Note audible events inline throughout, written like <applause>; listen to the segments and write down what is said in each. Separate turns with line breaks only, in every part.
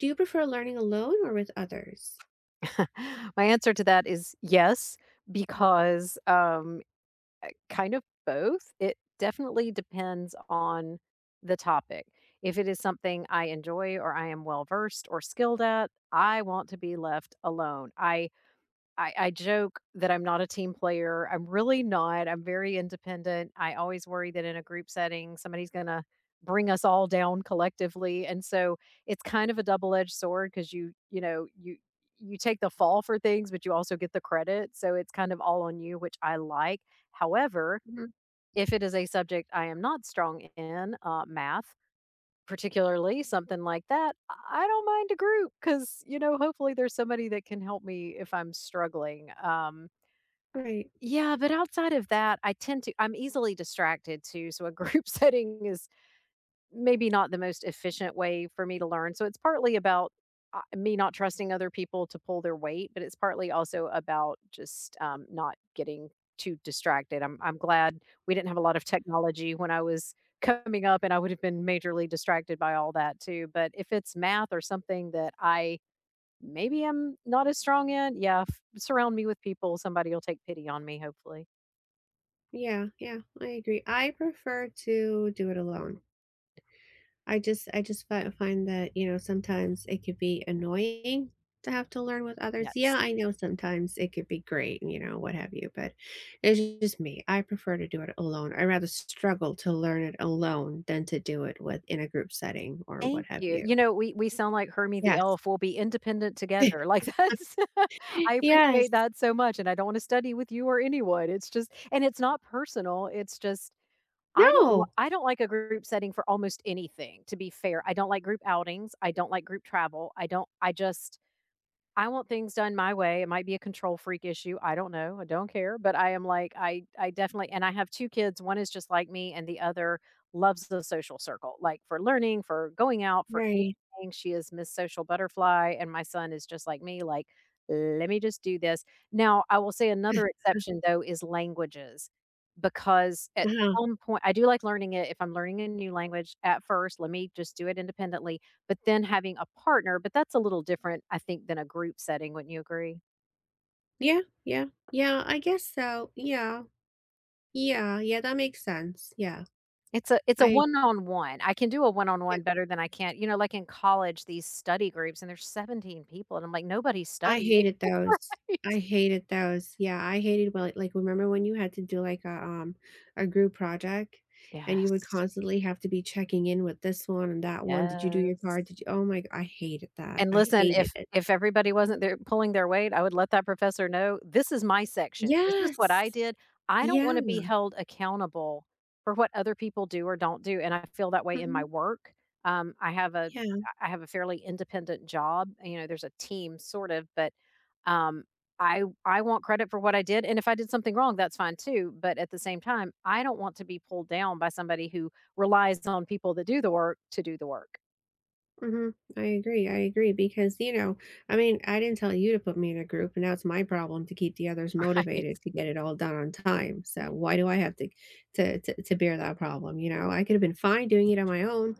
Do you prefer learning alone or with others?
<laughs> My answer to that is yes, because kind of both. It definitely depends on the topic. If it is something I enjoy or I am well versed or skilled at, I want to be left alone. I joke that I'm not a team player. I'm really not. I'm very independent. I always worry that in a group setting, somebody's gonna bring us all down collectively. And so it's kind of a double-edged sword because you take the fall for things, but you also get the credit. So it's kind of all on you, which I like. However,
Mhm.
if it is a subject I am not strong in, math, particularly something like that, I don't mind a group because, you know, hopefully there's somebody that can help me if I'm struggling.
Right.
Yeah, but outside of that, I tend to, I'm easily distracted too. So a group <laughs> setting is maybe not the most efficient way for me to learn. So it's partly about me not trusting other people to pull their weight, but it's partly also about just not getting too distracted. I'm glad we didn't have a lot of technology when I was coming up, and I would have been majorly distracted by all that too. But if it's math or something that I maybe am not as strong in, yeah, surround me with people. Somebody will take pity on me, hopefully.
Yeah, yeah, I agree. I prefer to do it alone. I just fi find that, sometimes it could be annoying to have to learn with others. Yeah,
Yes.
I know sometimes it could be great, and, what have you, but it's just me. I prefer to do it alone. I rather struggle to learn it alone than to do it with in a group setting or what
Thank
have
you.
you.
We sound like Hermie the
Yes.
elf. We'll be independent together.
<laughs>
Like that's <laughs> I
Yes.
appreciate that so much, and I don't wanna study with you or anyone. It's just and it's not personal. It's just
No.
I don't like a group setting for almost anything, to be fair. I don't like group outings. I don't like group travel. I don't I just I want things done my way. It might be a control freak issue. I don't know. I don't care. But I am like, I definitely, and I have two kids. One is just like me, and the other loves the social circle, like for learning, for going out, for
Right.
anything. She is Miss Social Butterfly. And my son is just like me, like, let me just do this. Now, I will say another exception, though, is languages, because at
<laughs>
some point, I do like learning it. If I'm learning a new language at first, let me just do it independently but then having a partner but that's a little different, I think, than a group setting, wouldn't you agree?
Yeah, yeah, yeah, I guess so. Yeah, yeah, yeah, that makes sense. Yeah,
It's a
I
one-on-one. I can do a
yeah,
one-on-one better than I can't you know, like in college, these study groups, and there's 17 people, and I'm like, "Nobody's
I
studying."
hated
<laughs>
those. I
Right.
hated those. Yeah, I hated well, like remember when you had to do like a a group project and you would
Yes.
constantly have to be checking in with this one and that one. Did you do your
Yes.
part? Did you? I hated that.
And
I
listen,
hated it.
if everybody wasn't there pulling their weight, I would let that professor know, "This is my section. This is what I
Yes.
did. I don't
Yeah.
wanna be held accountable for what other people do or don't do," and I feel that way in my
Mhm.
work. Um, I have a
Yeah.
I have a fairly independent job, you know, there's a team sort of, but, um, I want credit for what I did, and if I did something wrong, that's fine too, but at the same time, I don't want to be pulled down by somebody who relies on people that do the work to do the work,
Mhm. I agree because, you know, I mean, I didn't tell you to put me in a group, and now it's my problem to keep the others
<laughs> right?
motivated to get it all done on time, so why do I have to bear that problem, you know? I could have been fine doing it on my own.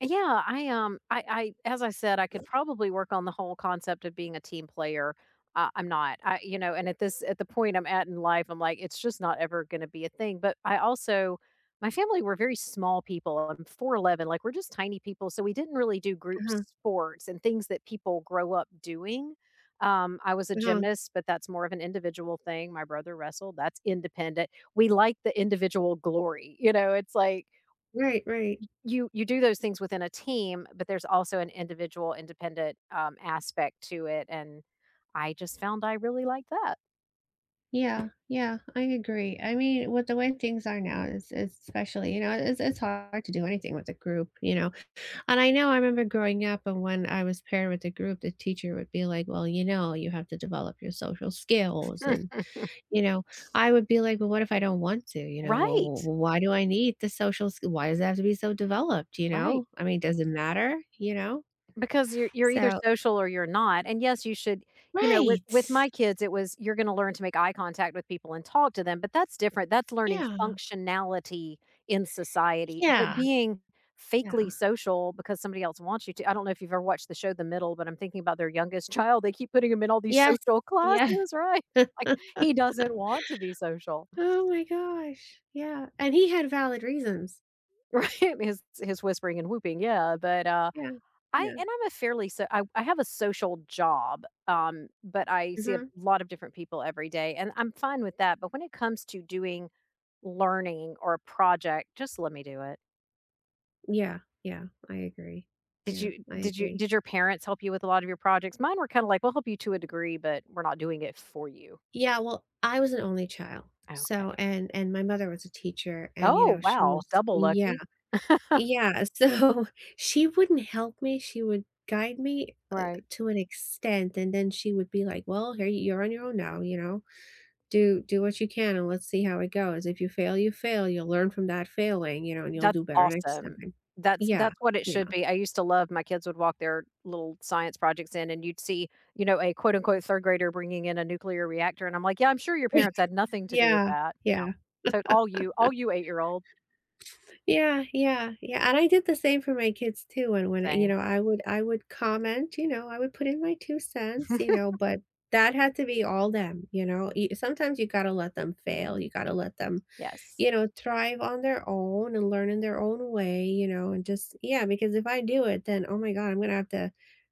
Yeah, I as I said, I could probably work on the whole concept of being a team player. I'm not, I you know, and at this at the point I'm at in life, I'm like, it's just not ever going to be a thing. But I also, my family were very small people. I'm 4'11", like we're just tiny people, so we didn't really do group
Uh-huh.
sports and things that people grow up doing. I was a
Uh-huh.
gymnast, but that's more of an individual thing. My brother wrestled. That's independent. We like the individual glory. You know, it's like
Right, right.
you do those things within a team, but there's also an individual independent, aspect to it, and I just found I really like that.
Yeah, yeah, I agree. I mean, with the way things are now, it's especially, you know, it's hard to do anything with a group, you know. And I know I remember growing up, and when I was paired with a group, the teacher would be like, "Well, you know, you have to develop your social skills and"
<laughs>
You know, I would be like, "Well, what if I don't want to?" You know, "Well well
Right,
well, why do I need the social sk why does it have to be so developed?" You
right.
know? I mean, does it matter? You know?
Because you're either
So
social or you're not, and yes, you should you know, with
Right.
my kids, it was you're gonna learn to make eye contact with people and talk to them, but that's different, that's learning
Yeah.
functionality in society, but
Yeah.
being fakely
Yeah.
social because somebody else wants you to I don't know if you've ever watched the show The Middle, but I'm thinking about their youngest child, they keep putting him in all these
Yes.
social
Yeah.
classes, right? <laughs> Like, he
<laughs>
doesn't want to be social,
Oh my gosh. Yeah, and he had valid reasons.
<laughs> right? His whispering and whooping, yeah, but,
Yeah.
I
Yeah.
and I'm a fairly so I have a social job, but I see a
Mhm.
lot of different people every day, and I'm fine with that, but when it comes to doing learning or a project, just let me do it.
Yeah. Yeah. I agree. Yeah. I agree.
Did your parents help you with a lot of your projects? Mine were kinda like, "We'll help you to a degree, but we're not doing it for you."
Yeah, well, I was an only child.
Okay.
So and my mother was a teacher and, you
Oh,
know, she
wow,
was
double
Yeah.
lucky. <laughs>
Yeah, so <laughs> she wouldn't help me, she would guide me,
Right.
to an extent, and then she would be like, "Well, here you're on your own now, you know, do what you can and let's see how it goes. If you fail, you fail, you'll learn from that failing, you know, and you'll
That's
do better next
awesome.
time." Yeah,
That's what it
yeah.
should be. I used to love my kids would walk their little science projects in and you'd see, you know, a quote unquote third grader bringing in a nuclear reactor. And I'm like, yeah, I'm sure your parents
<laughs>
had nothing to do with
Yeah,
that. Yeah.
yeah.
So all you 8 year old,
Yeah, yeah, yeah, and I did the same for my kids too, and when, you
same.
know, I would comment, you know, I would put in my 2 cents,
<laughs>
you know, but that had to be all them, you know? Y sometimes you gotta let them fail, you gotta let them,
Yes.
you know, thrive on their own and learn in their own way, you know, and just yeah, because if I do it, then, oh my god, I'm gonna have to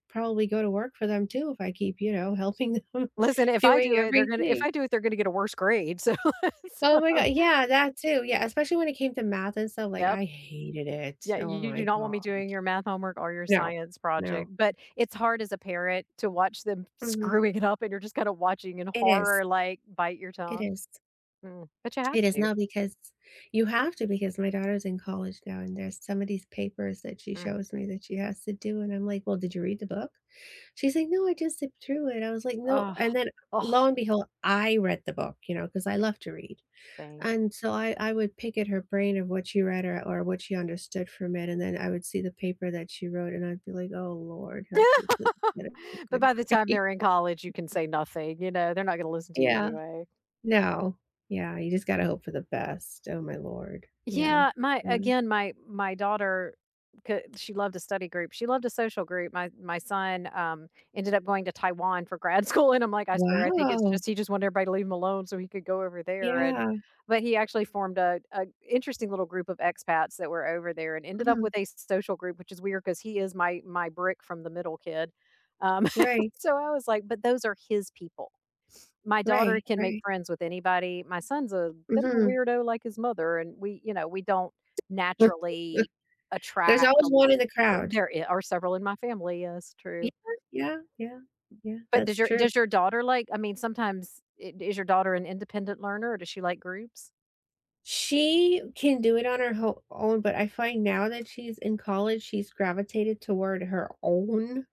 probably go to work for them too if I keep, you know, helping them
Listen,
<laughs>
if I
doing
do it, they're gonna. If
everything.
I do it, they're gonna get a worse grade. So, <laughs>
Oh
so-
my god yeah, that too, yeah, especially when it came to math and stuff, like,
yep,
I hated it.
yeah.
Oh
You do
my
not want me
god.
doing your math homework or your
No,
science
no.
project. But it's hard as a parent to watch them
Mhm.
screwing it up, and you're just kind of watching in
It is,
horror, like bite your
it
tongue.
is.
Mm, but you have
It is
to.
now because you have to because my daughter's in college now, and there's some of these papers that she
Mm.
shows me that she has to do, and I'm like, "Well, did you read the book?" She's like, "No, I just zipped through it." I was like, "No,"
Oh,
and then
ugh.
lo and behold, I read the book, you know, because I love to read,
Same.
and so I would pick at her brain of what she read or what she understood from it, and then I would see the paper that she wrote, and I'd be like, "Oh, Lord, help you, please get a
<laughs> But
good
by the time
grade."
they're in
<laughs>
college, you can say nothing, you know, they're not gonna listen to you
Yeah.
anyway.
No. Yeah, you just gotta hope for the best. Oh my lord. Yeah.
Yeah,
Mm.
my daughter, she loved a study group. She loved a social group. My son ended up going to Taiwan for grad <laughs> school, and I'm like, I swear, I think it's
Wow.
just he just wanted everybody to leave him alone so he could go over there. And
Yeah.
but he actually formed a interesting little group of expats that were over there, and ended up
Mhm.
with a social group, which is weird because he is my brick from the middle kid. Um, <laughs>
Right.
so I was like, but those are his people my daughter
Right.
can make
Right.
friends with anybody. My son's a bit of a
Mhm.
weirdo like his mother, and we, you know, we don't
<laughs>
naturally
There's
attract
always
a
one
lot.
in the
Or
crowd.
There are several in my family. Yes,
Yeah.
true.
Yeah. Yeah. Yeah.
But does
That's
your
true.
does your daughter like? I mean, sometimes is your daughter an independent learner, or does she like groups?
She can do it on her ho own, but I find now that she's in college, she's gravitated toward her own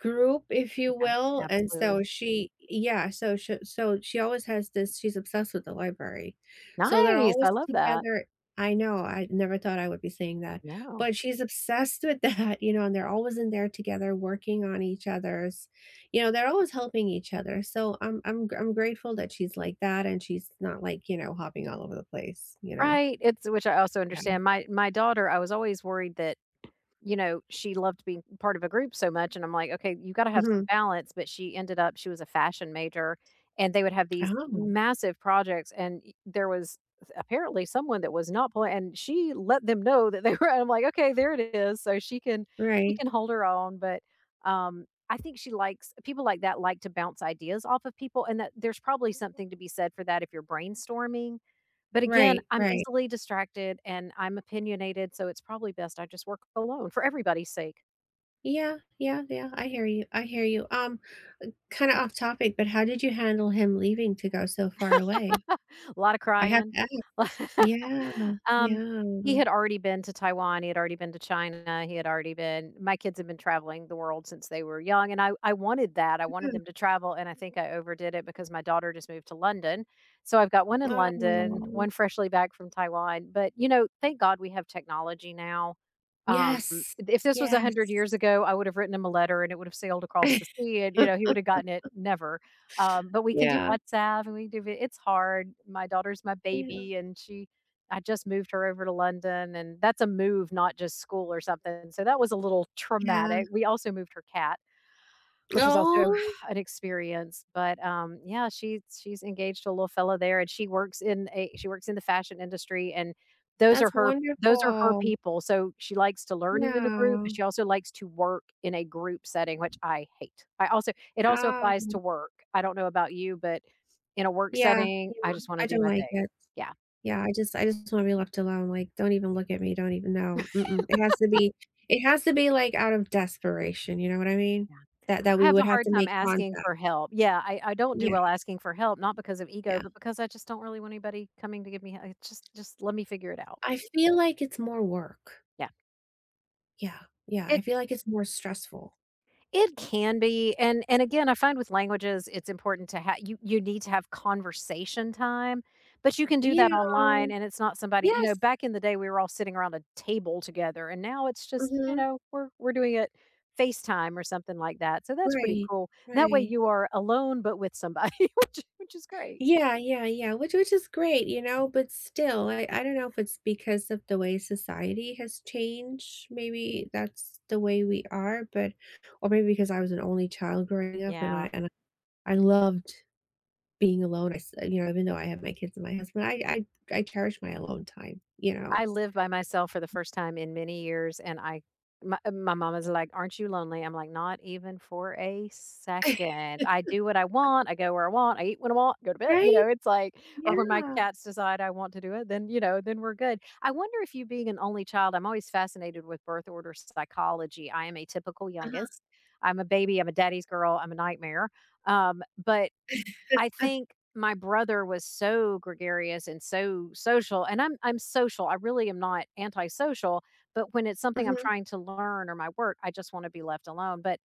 group, if you
Okay,
will, and so
absolutely.
she yeah, so she always has this she's obsessed with the library. So they're
Nice. I
always
love that.
together I know, I never thought I would be saying that,
No.
but she's obsessed with that, <laughs> you know, and they're always in there together working on each other's you know, they're always helping each other, so I'm grateful that she's like that and she's not like, you know, hopping all over the place, you know?
Right. It's which I also
Yeah.
understand. My daughter, I was always worried that you know, she loved being part of a group so much, and I'm like, "Okay, you gotta have some
Mhm.
balance," but she ended up she was a fashion major, and they would have these
Oh,
massive projects, and y there was apparently someone that was not playing. And she let them know that they <laughs> were I'm like, "Okay, there it is," so she
right.
can hold her own, but, I think she likes people like that like to bounce ideas off of people, and that there's probably something to be said for that if you're brainstorming, but again,
Right,
I'm
right.
easily distracted and I'm opinionated, so it's probably best I just work alone for everybody's sake.
Yeah, yeah, yeah, I hear you, Kinda off topic, but how did you handle him leaving to go so far away?
A lot of
I have
crying.
to ask.
<laughs>
Yeah,
Um,
yeah.
he had already been to Taiwan, he had already been to China, he had already been my kids have been traveling the world since they were young, and I wanted that, I wanted
Mhm.
them to travel, and I think I overdid it because my daughter just moved to London. So I've got one in London,
Oh.
one freshly back from Taiwan, but, you know, thank God we have technology now. Um,
Yes,
if this was
yes.
100 years ago, I would have written him a letter and it would have sailed across the sea and, you know, he
<laughs>
would have gotten it never. But we can do
Yeah,
WhatsApp and we can do vi it's hard. My daughter's my
yeah,
baby and she I just moved her over to London and that's a move, not just school or something. So that was a little
yeah.
traumatic. We also moved her cat. Which was also
Oh,
<sighs> an experience, but, yeah, she's engaged to a little fella there, and she works in the fashion industry, and those are
that's
her those are her
wonderful.
people, so she likes to learn in a group,
Yeah.
but she also likes to work in a group setting, which I hate. I also it also applies
Oh,
to work. I don't know about you, but in a work
yeah,
setting,
yeah.
I just wanna
I
do
don't
my
like
thing.
it.
Yeah, yeah.
Yeah, I just wanna be left alone, like, "Don't even look at me, don't even" know. Mm-mm. It has to be, like, out of desperation, you know what I mean? That
I
we
have
would
a
have
hard
to
time
make
asking
contact.
for help. Yeah, I don't do
Yeah.
well asking for help, not because of ego,
Yeah,
but because I just don't really want anybody coming to give me hel it's just let me figure it out.
I feel like it's more work.
Yeah.
Yeah, yeah, I
It
feel like it's more stressful.
it can be, and again, I find with languages, it's important to have you you need to have conversation time, but you can do that
Yeah.
online, and it's not somebody.
Yes.
Back in the day, we were all sitting around a table together, and now it's just, you
Mhm.
know, we're doing it FaceTime or something like that, so that's pretty
Right,
cool. That way
right.
you are alone, but with somebody, <laughs> which is great.
Yeah, yeah, yeah, which is great, you know, but still, I don't know if it's because of the way society has changed, maybe that's the way we are, but or maybe because I was an only child growing up and
Yeah.
I and I loved being alone, I s you know, even though I have my kids and my husband, I cherish my alone time, you know?
I live by myself for the first time in many years, and my mom is like, "Aren't you lonely?" I'm like, "Not even for a
<laughs>
second. I do what I want. I go where I want. I eat when I want. Go to bed." You
Right?
know, it's like, or when my
Yeah.
cats decide I want to do it, then you know, then we're good. I wonder if you being an only child, I'm always fascinated with birth order psychology. I am a typical
Uh-huh,
youngest. I'm a baby. I'm a daddy's girl. I'm a nightmare. But I think my brother was so gregarious and so social, and I'm social. I really am not antisocial, but when it's something I'm
mhm,
trying to learn or my work, I just want to be left alone. But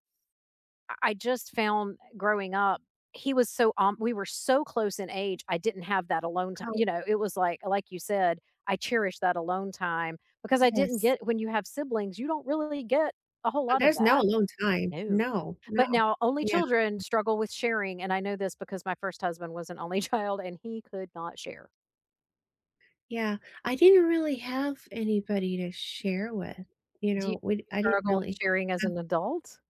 I just found growing up, he was so we were so close in age. I didn't have that alone time.
oh,
You know, it was like you said, I cherish that alone time because I didn't
yes.
get when you have siblings, you don't really get a whole lot of
There's
that.
no alone time.
No.
No, no.
But now only
Yeah,
children struggle with sharing, and I know this because my first husband was an only <laughs> child and he could not share.
yeah. I didn't really have anybody to share with, you
Do you
know, we
you
I didn't
struggle with
really
sharing as
have
an adult?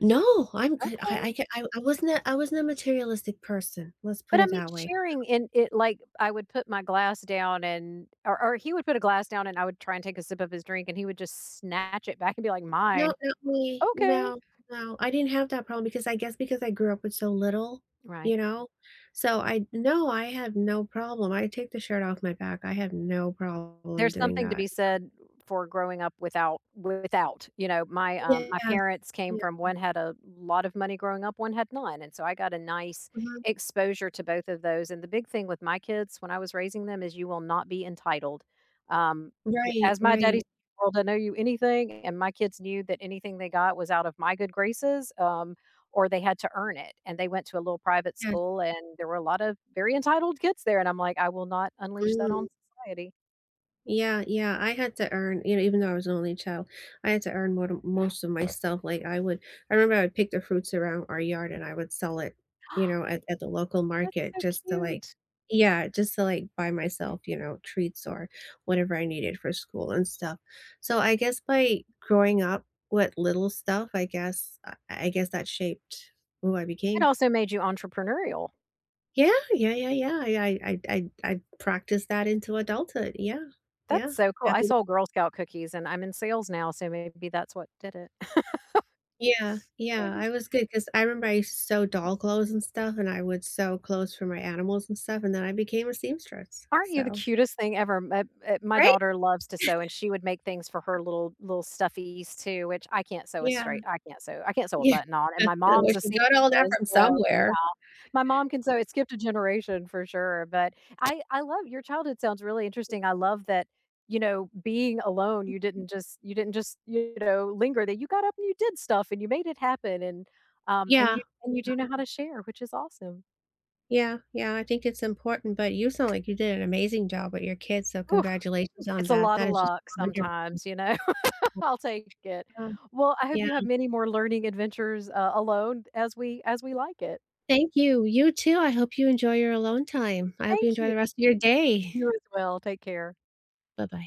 No, I'm good.
Okay.
I wasn't a I wasn't a materialistic person, let's put
But I
it
mean,
that way.
sharing in it like, I would put my glass down and or he would put a glass down and I would try and take a sip of his drink and he would just snatch it back and be like,
No,
"Mine."
not me.
"Okay."
No, no, I didn't have that problem because I guess because I grew up with so little, you
Right.
know? So I no, I had no problem. I take the shirt off my back. I have no problem
There's
doing
something to
that.
be said for growing up without, you know, my
Yes.
parents came from one had a lot of money growing up, one had none, and so I got a nice
Mhm.
exposure to both of those, and the big thing with my kids when I was raising them is you will not be entitled. Um, w
Right,
as my daddy
right.
said, world, I know you anything, and my kids knew that anything they got was out of my good graces, or they had to earn it, and they went to a little private
Yes.
school, and there were a lot of very entitled kids there, and I'm like, "I will not unleash that
Mm.
on society."
Yeah, yeah, I had to earn you know, even though I was an only child, I had to earn more most of my stuff, like, I remember I would pick the fruits around our yard and I would sell it, you know, at the local
That's
market
so
just to, like
cute.
Yeah, just to, like, buy myself, you know, treats or whatever I needed for school and stuff. So, I guess by growing up with little stuff, I guess that shaped who I
It
became.
also made you entrepreneurial.
Yeah, yeah, yeah, yeah. I practiced that into adulthood. Yeah, yeah.
That's so cool. I
Happy to-
sold Girl Scout cookies and I'm in sales now, so maybe that's what did it. <laughs>
Yeah, yeah.
Maybe.
I was good because I remember I used to sew doll clothes and stuff, and I would sew clothes for my animals and stuff, and then I became a seamstress.
Aren't you the
So
cutest thing ever? My
Right?
daughter loves to sew, and she would make things for her little stuffies too, which
Yeah,
I can't sew a
yeah.
button on, and
<laughs>
my
Well,
mom's a
she got all that
seamstress,
from
so
somewhere.
yeah. My mom can sew. It skipped a generation for sure, but I love your childhood sounds really interesting. I love that, you know, being alone, you didn't just, you know, linger, that you got up and you did stuff and you made it happen and,
Yeah,
and you
yeah,
do know how to share, which is awesome.
yeah, yeah. I think it's important, but you sound like you did an amazing job with your kids, so
Oof,
congratulations on
it's a
that.
lot of
That is just
luck
wonderful.
sometimes, you know? I'll take it.
Yeah,
Well, I hope you have
yeah.
many more learning adventures, alone as we like it.
Thank you. You too. I hope you enjoy your alone time. I hope you
Thank
enjoy
you.
the rest of your day.
You as well. Take care.
Bye-bye.